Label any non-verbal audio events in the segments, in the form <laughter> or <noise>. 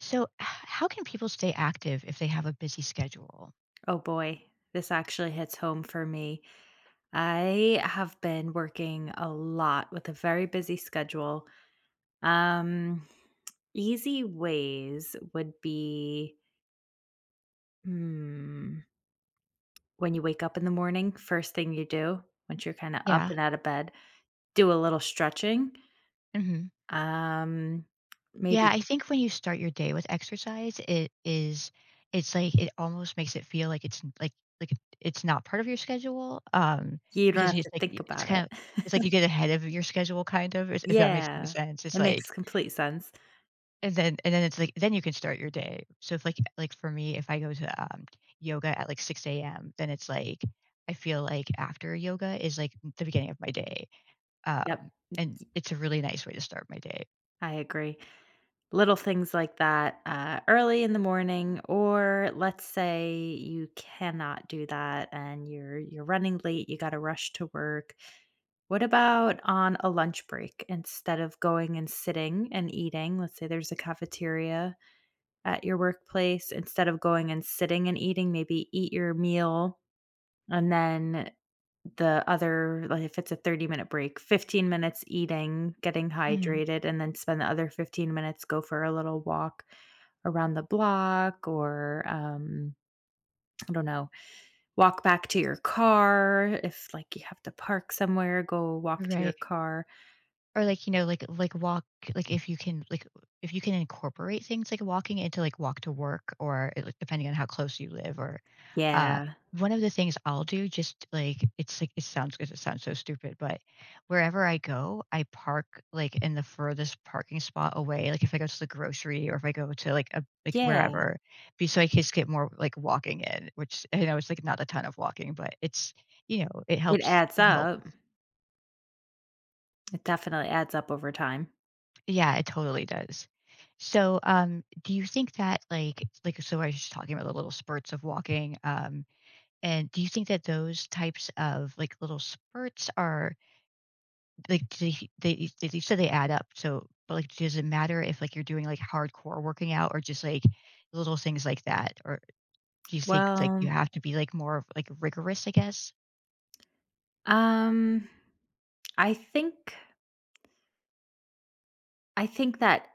So, how can people stay active if they have a busy schedule? Oh boy, this actually hits home for me. I have been working a lot with a very busy schedule. Um, Easy ways would be hmm, when you wake up in the morning, first thing you do, once you're kind of up Yeah. and out of bed, do a little stretching. Hmm. Um, Yeah, Maybe I think when you start your day with exercise, it's like it almost makes it feel like it's n- like it- it's not part of your schedule, you don't because have to think it's about kind it. of, it's like you <laughs> get ahead of your schedule kind of, if that makes any Yeah, sense. It's it like, makes complete sense. and then it's like then you can start your day. So if like like for me, if I go to yoga at like 6 a.m., then it's like I feel like after yoga is like the beginning of my day. Yep, Um, and it's a really nice way to start my day. I agree. Little things like that, early in the morning, or let's say you cannot do that and you're running late, you gotta rush to work. What about on a lunch break instead of going and sitting and eating? Let's say there's a cafeteria at your workplace. Instead of going and sitting and eating, maybe eat your meal and then the other like, if it's a 30-minute break, 15 minutes eating, getting Mhm. hydrated, and then spend the other 15 minutes go for a little walk around the block or, I don't know, walk back to your car if, like, you have to park somewhere, go walk to your Right. car. Or like, you know, like walk, like if you can incorporate things like walking into like walk to work, depending on how close you live. Or uh Yeah. One of the things I'll do, just like it's like it sounds good, it sounds so stupid, but wherever I go, I park like in the furthest parking spot away. Like if I go to the grocery or if I go to like a like Yeah. wherever, be so I can just get more like walking in, which I know it's like not a ton of walking, but it's, you know, it It helps, adds it helps. up. It definitely adds up over time. Yeah, it totally does. So, do you think that so I was just talking about the little spurts of walking, and do you think that those types of like little spurts are, like, do they you said they add up. So, but like does it matter if like you're doing like hardcore working out or just like little things like that? Or do you think like you Well, have to be like more of like rigorous, I guess? um, I think I think that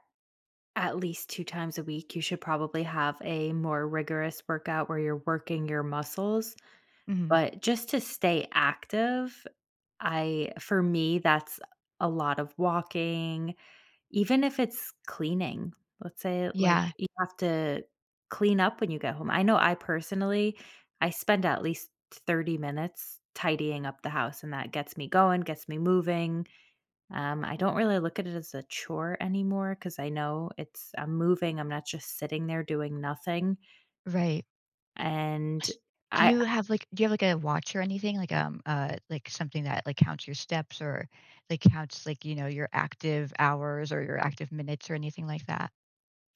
at least 2 times a week, you should probably have a more rigorous workout where you're working your muscles, Hmm. but just to stay active, I for me, that's a lot of walking, even if it's cleaning. Let's say, like, Yeah, you have to clean up when you get home. I know I personally, I spend at least 30 minutes tidying up the house, and that gets me going, gets me moving. I don't really look at it as a chore anymore because I know it's I'm moving. I'm not just sitting there doing nothing. right. And S Do I you have, like, a watch or anything? Like, something that, like, counts your steps or, like, counts, like, you know, your active hours or your active minutes or anything like that?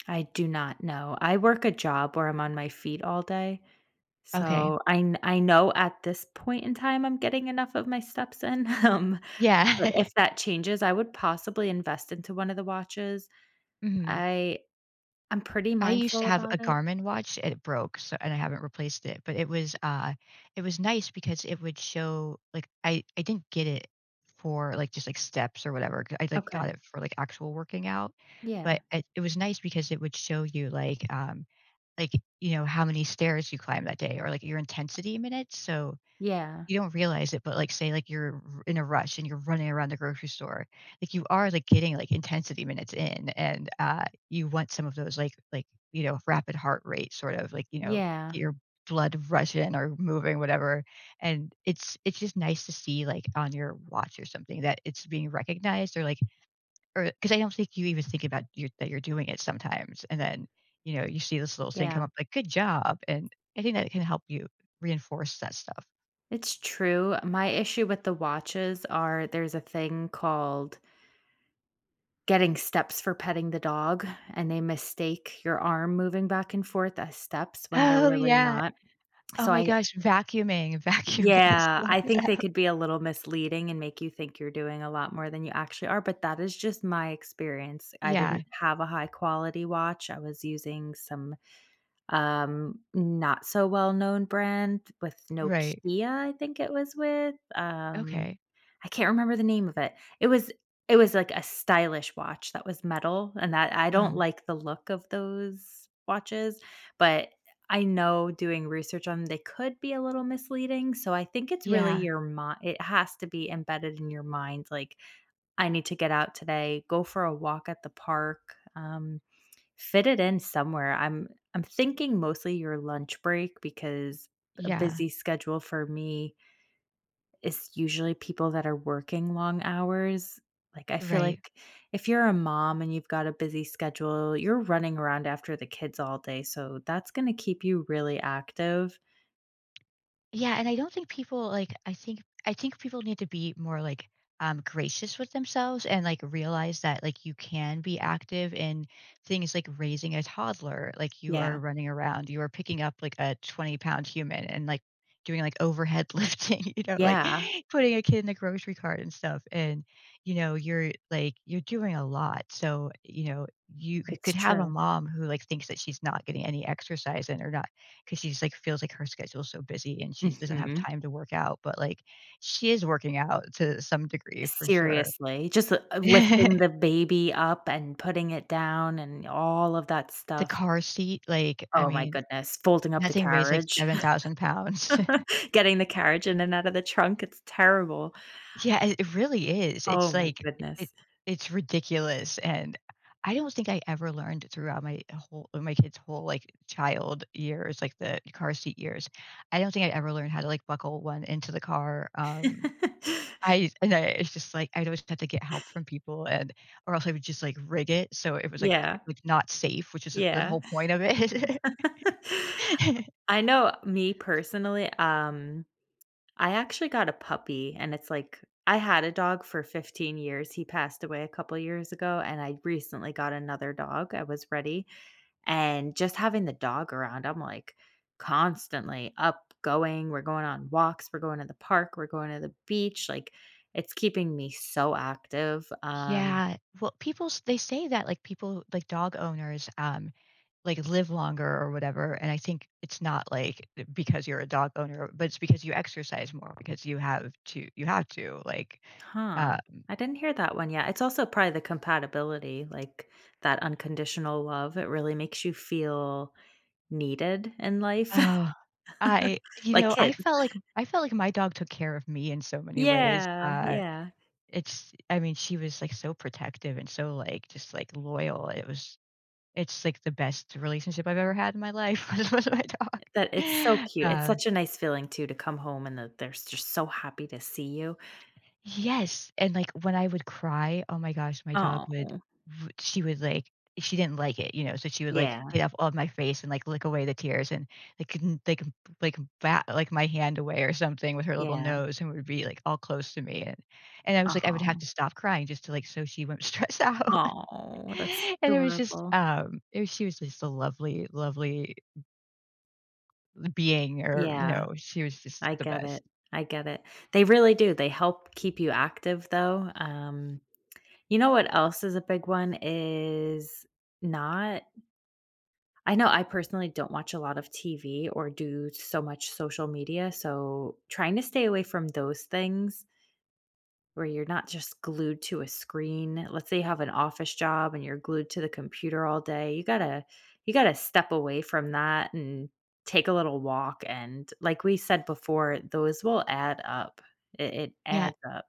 I do not know. I work a job where I'm on my feet all day. Okay. So I know at this point in time I'm getting enough of my steps in. <laughs> But Yeah. <laughs> if that changes, I would possibly invest into one of the watches. Mhm. I I'm pretty I used to mindful have about a it. Garmin watch, it broke, so, and I haven't replaced it, but it was nice because it would show like, I didn't get it for, like, just, like, steps or whatever, 'cau I, like, got Okay. it for, like, actual working out, Yeah. but it was nice because it would show you, like, like, you know, how many stairs you climb that day or like your intensity minutes. So Yeah. you don't realize it, but like say like in a rush and you're running around the grocery store, like you are like getting like intensity minutes in, and you want some of those you know, rapid heart rate sort of, like, you know, Yeah. get your blood rushing or moving whatever, and it's just nice to see like on your watch or something that it's being recognized, or like, or because I don't think you even think about you that you're doing it sometimes, and then, you know, you see this little thing come Yeah. up like, "Good job," and I think that can help you reinforce that stuff. It's true. My issue with the watches are there's a thing called getting steps for petting the dog, and they mistake your arm moving back and forth as steps when they're Oh, really yeah. not. Oh So my I gosh, vacuuming, <laughs> vacuuming is yeah, one I of think them. they could be a little misleading and make you think you're doing a lot more than you actually are, but that is just my experience. I Yeah, didn't have a high quality watch. I was using some not so well known brand with right. Nokia, I think it was with. Okay. I can't remember the name of it. It was like a stylish watch that was metal, and that I Uh, don't like the look of those watches, but I know doing research on 'em, they could be a little misleading, so I think it's really yeah, your mind. It has to be embedded in your mind, like, "I need to get out today, go for a walk at the park," fit it in somewhere. I'm thinking mostly your lunch break because a yeah, busy schedule for me it's usually people that are working long hours. Like, I feel right. like if you're a mom and you've got a busy schedule, you're running around after the kids all day, so that's gonna keep you really active. Yeah, and I don't think people like I think people need to be more like gracious with themselves and like realize that like you can be active in things like raising a toddler. Like you are Yeah. running around, you are picking up like a 20-pound human and like doing like overhead <laughs> lifting, you know, like Yeah, <laughs> putting a kid in the grocery cart and stuff. And, you know, you're like you're doing a lot. So, you know, you it's could have a true. mom who like thinks that she's not getting any exercise in, or not. 'Cause she just like feels like her schedule's so busy and she doesn't have Mhm. time to work out, but, like, she is working out to some degree for sure. Seriously, just, lifting <laughs> the baby up and putting it down and all of that The stuff. car seat, like, I Oh my mean, goodness, folding up that the thing weighs, like, carriage, <laughs> 7,000 pounds. <laughs> getting the carriage in and out of the trunk, it's terrible. Yeah, it really is. It's Oh my like, it goodness. it's ridiculous, and I don't think I ever learned throughout my whole, my kid's whole, like, child years, like, the car seat years. I don't think I ever learned how to, like, buckle one into the car, I <laughs> and I it's just like I'd always have to get help from people, and or else I would just, like, rig it so it was, like Yeah. like, not safe, which is the Yeah. whole point of it. <laughs> <laughs> I know me personally, I actually got a puppy, and it's like I had a dog for 15 years. He passed away a couple years ago, and I recently got another dog. I was ready. And just having the dog around, I'm like constantly up going. We're going on walks, we're going to the park, we're going to the beach. Like it's keeping me so active. Yeah. Well, people s they say that, like, people like dog owners, like, live longer or whatever, and I think it's not, like, because you're a dog owner, but it's because you exercise more because you have to, like, Huh. uh. I didn't hear that one yet. It's also probably the compatibility, like that unconditional love. It really makes you feel needed in life, Oh, I <laughs> you like know, kids. I felt like my dog took care of me in so many ways. Yeah, yeah. It's, I mean, she was, like, so protective and so, like, just, like, loyal. It's, like, the best relationship I've ever had in my life <laughs> was with my dog. That It's so cute. It's Uh. such a nice feeling too to come home and that they're just so happy to see you. Yes, and, like, when I would cry, oh my gosh, my dog would, Oh, w she would, like, she didn't like it, you know, so she would, like, yeah, get up on my face and, like, lick away the tears, and, like, couldn't, bat, like, my hand away or something with her little yeah. nose, and would be, like, all close to me, and, I was like I would have Oh, to stop crying just to, like, so she wouldn't stress out. <laughs> oh, that's And it was just, adorable. It was she was just a lovely, lovely being, or, you Yeah, know, she was just I the get best. it. I get it. They really do. They help keep you active though. You know what else is a big one is not I know I personally don't watch a lot of TV or do so much social media, so trying to stay away from those things where you're not just glued to a screen. Let's say you have an office job and you're glued to the computer all day. You got to step away from that and take a little walk, and like we said before, those will add up. It Yeah. adds up.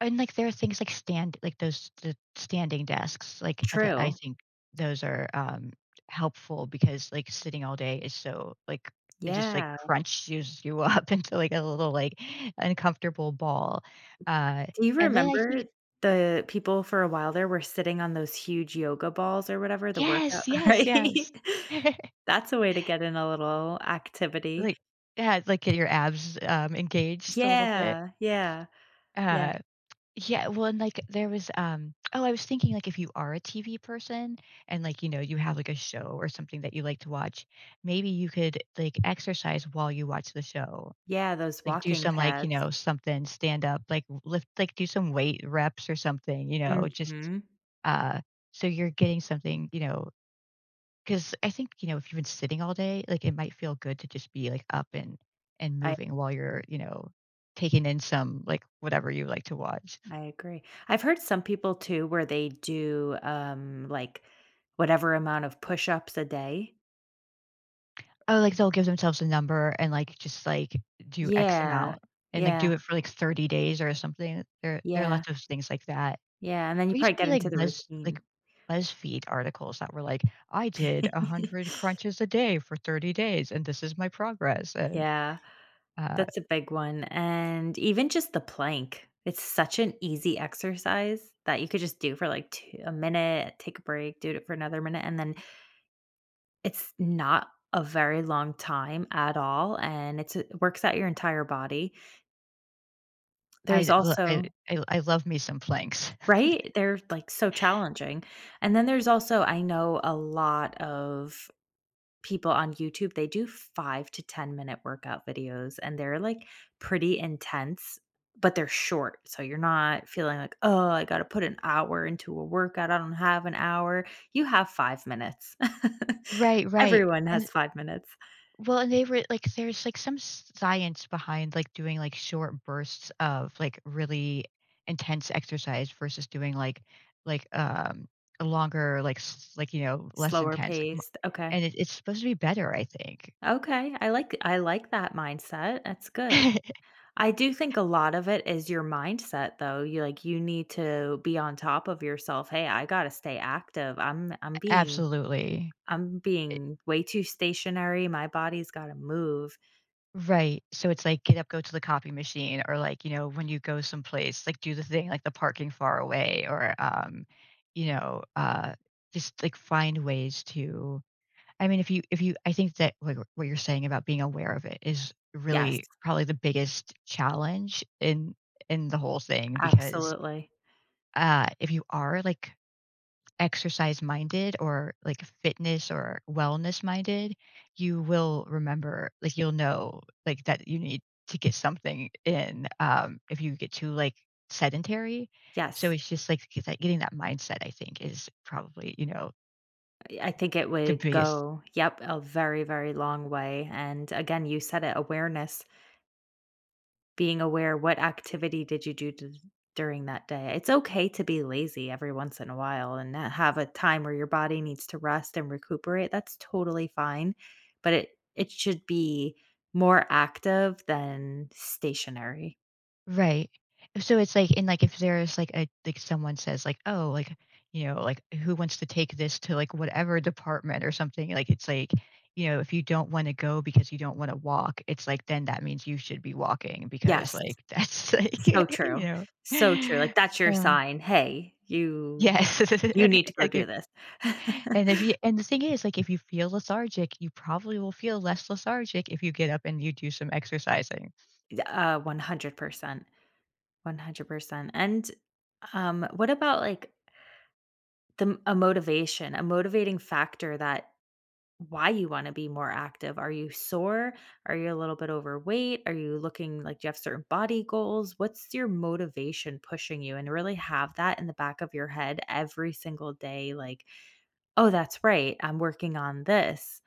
And, like, there are things like stand, like, those, the standing desks, like, the I True. think those are, helpful because, like, sitting all day is so, like, it just, like, Yeah. crunches you up <laughs> into, like, a little, like, uncomfortable ball. Uh, Do you and then I think. remember the people for a while there were sitting on those huge yoga balls or whatever, the workout Yes, <laughs> yes, right? yes. That's a way to get in a little <laughs> activity. Like. Yeah, like, get your abs, engaged a little bit. Yeah, yeah, yeah, Uh. Yeah, well, and, like, there was, oh, I was thinking, like, if you are a TV person and, like, you know, you have, like, a show or something that you like to watch, maybe you could, like, exercise while you watch the show. yeah, those Like, do walking some, like, you pads. know, something, stand up, like, do some weight reps or something, you know, just, Mhm. uh, so you're getting something, you know, because I think, you know, if you've been sitting all day, like, it might feel good to just be, like, up and I moving while you're, you know, taking in some, like, whatever you like to watch. I agree. I've heard some people too where they do, like, whatever amount of push-ups a day. Oh, like, they'll give themselves a number, and, like, just, like, do X Yeah, amount, and, like, do yeah, it for, like, 30 days or something. There are yeah, lots of things like that. yeah, and then you There used probably to get be, like, into the routine. BuzzFeed articles that were like, "I did 100 <laughs> crunches a day for 30 days, and this is my progress." Yeah. uh, That's a big one, and even just the plank. It's such an easy exercise that you could just do for, like, two, a minute, take a break, do it for another minute, and then it's not a very long time at all, and it works out your entire body. There's I l also I love me some planks. <laughs> Right? They're, like, so challenging, and then there's also I know a lot of people on YouTube, they do 5 to 10-minute workout videos, and they're, like, pretty intense, but they're short, so you're not feeling like, "Oh, I gotta put an hour into a workout, I don't have an hour." You have 5 minutes. <laughs> Right, right, Everyone and. has 5 minutes. Well, and they were like, there's like some science behind like doing like short bursts of like really intense exercise versus doing like like um a longer you know, less Slower intense, paced, okay. and it's supposed to be better, I think. Okay, I like that mindset, that's good. <laughs> I do think a lot of it is your mindset, though, you like, you need to be on top of yourself, "Hey, I gotta stay active, I'm I'm being Absolutely. I'm It- being way too stationary, my body's gotta move." Right. So it's like get up, go to the copy machine, or like, you know, when you go someplace, like do the thing like the parking far away, or you know, just like find ways to. I mean, if you, I think that like what you're saying about being aware of it is Yes, really probably the biggest challenge in the whole thing, because absolutely. If you are like exercise minded or like fitness or wellness minded, you will remember like you'll know like that you need to get something in, if you get too like sedentary. So Yes, it's just like getting that mindset I think is probably, you know, I think it the would biggest. go, yep, a very, very long way, and again, you said it, awareness, being aware, what activity did you do d during that day? It's okay to be lazy every once in a while and not have a time where your body needs to rest and recuperate, that's totally fine, but it should be more active than stationary. Right. So it's like, and, like, if there's, like, someone says, like, "Oh," like, you know, like, "Who wants to take this to, like, whatever department or something?" Like, it's like, you know, if you don't wanna go because you don't wanna walk, it's like, then that means you should be walking because, Yes. like, that's, <laughs> like, So <laughs> you true. know. So true. Like, that's your Uh, sign, "Hey, you yes. <laughs> you need to go Like, if, do this." <laughs> and if you and the thing is, like, if you feel lethargic, you probably will feel less lethargic if you get up and you do some exercising. D 100%. 100%. And, what about, like, the m a motivation, a motivating factor that why you wanna be more active? Are you sore? Are you a little bit overweight? Are you looking, like, do you have certain body goals? What's your motivation pushing you? And really have that in the back of your head every single day, like, "Oh, that's right. I'm working on this.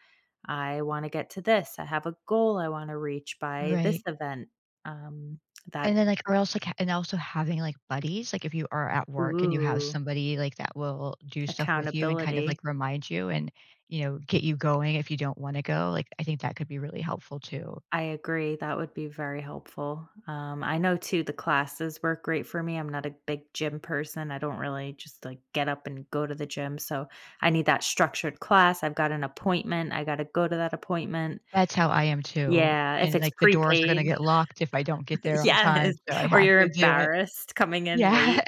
I wanna get to this. I have a goal I wanna reach by this Right. event." Um, And that then, like, or else, like, ha and also having, like, buddies, like, if you are at work and you have Ooh, somebody, like, that will do stuff with you and kind of, accountability. like, remind you and, you know, get you going if you don't wanna go, like, I think that could be really helpful too. I agree, that would be very helpful. I know too the classes work great for me. I'm not a big gym person. I don't really just, like, get up and go to the gym, so I need that structured class. I've got an appointment. I gotta go to that appointment. That's how I am too, Yeah, if and, it's like, the doors are gonna prepaid. get locked if I don't get there <laughs> on time, Yes, so I or have you're to do it. embarrassed coming in Yeah. late.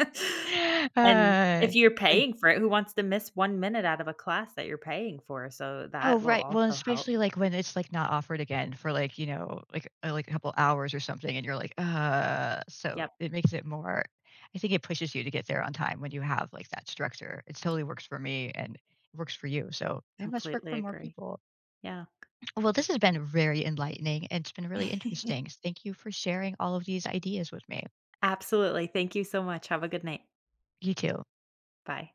<laughs> <laughs> And Uh, if you're like. paying for it, who wants to miss 1 minute out of a class that you're paying for? So Oh, that will right. Well, and also help. especially, like, when it's, like, not offered again for, like, you know, like, a couple hours or something, and you're like, so Yep, it makes it more. I think it pushes you to get there on time when you have, like, that structure. It totally works for me, and it works for you, so it must work for completely more agree. people. Yeah. Well, this has been very enlightening, and it's been really interesting. <laughs> Thank you for sharing all of these ideas with me. Absolutely. Thank you so much. Have a good night. You too. Bye.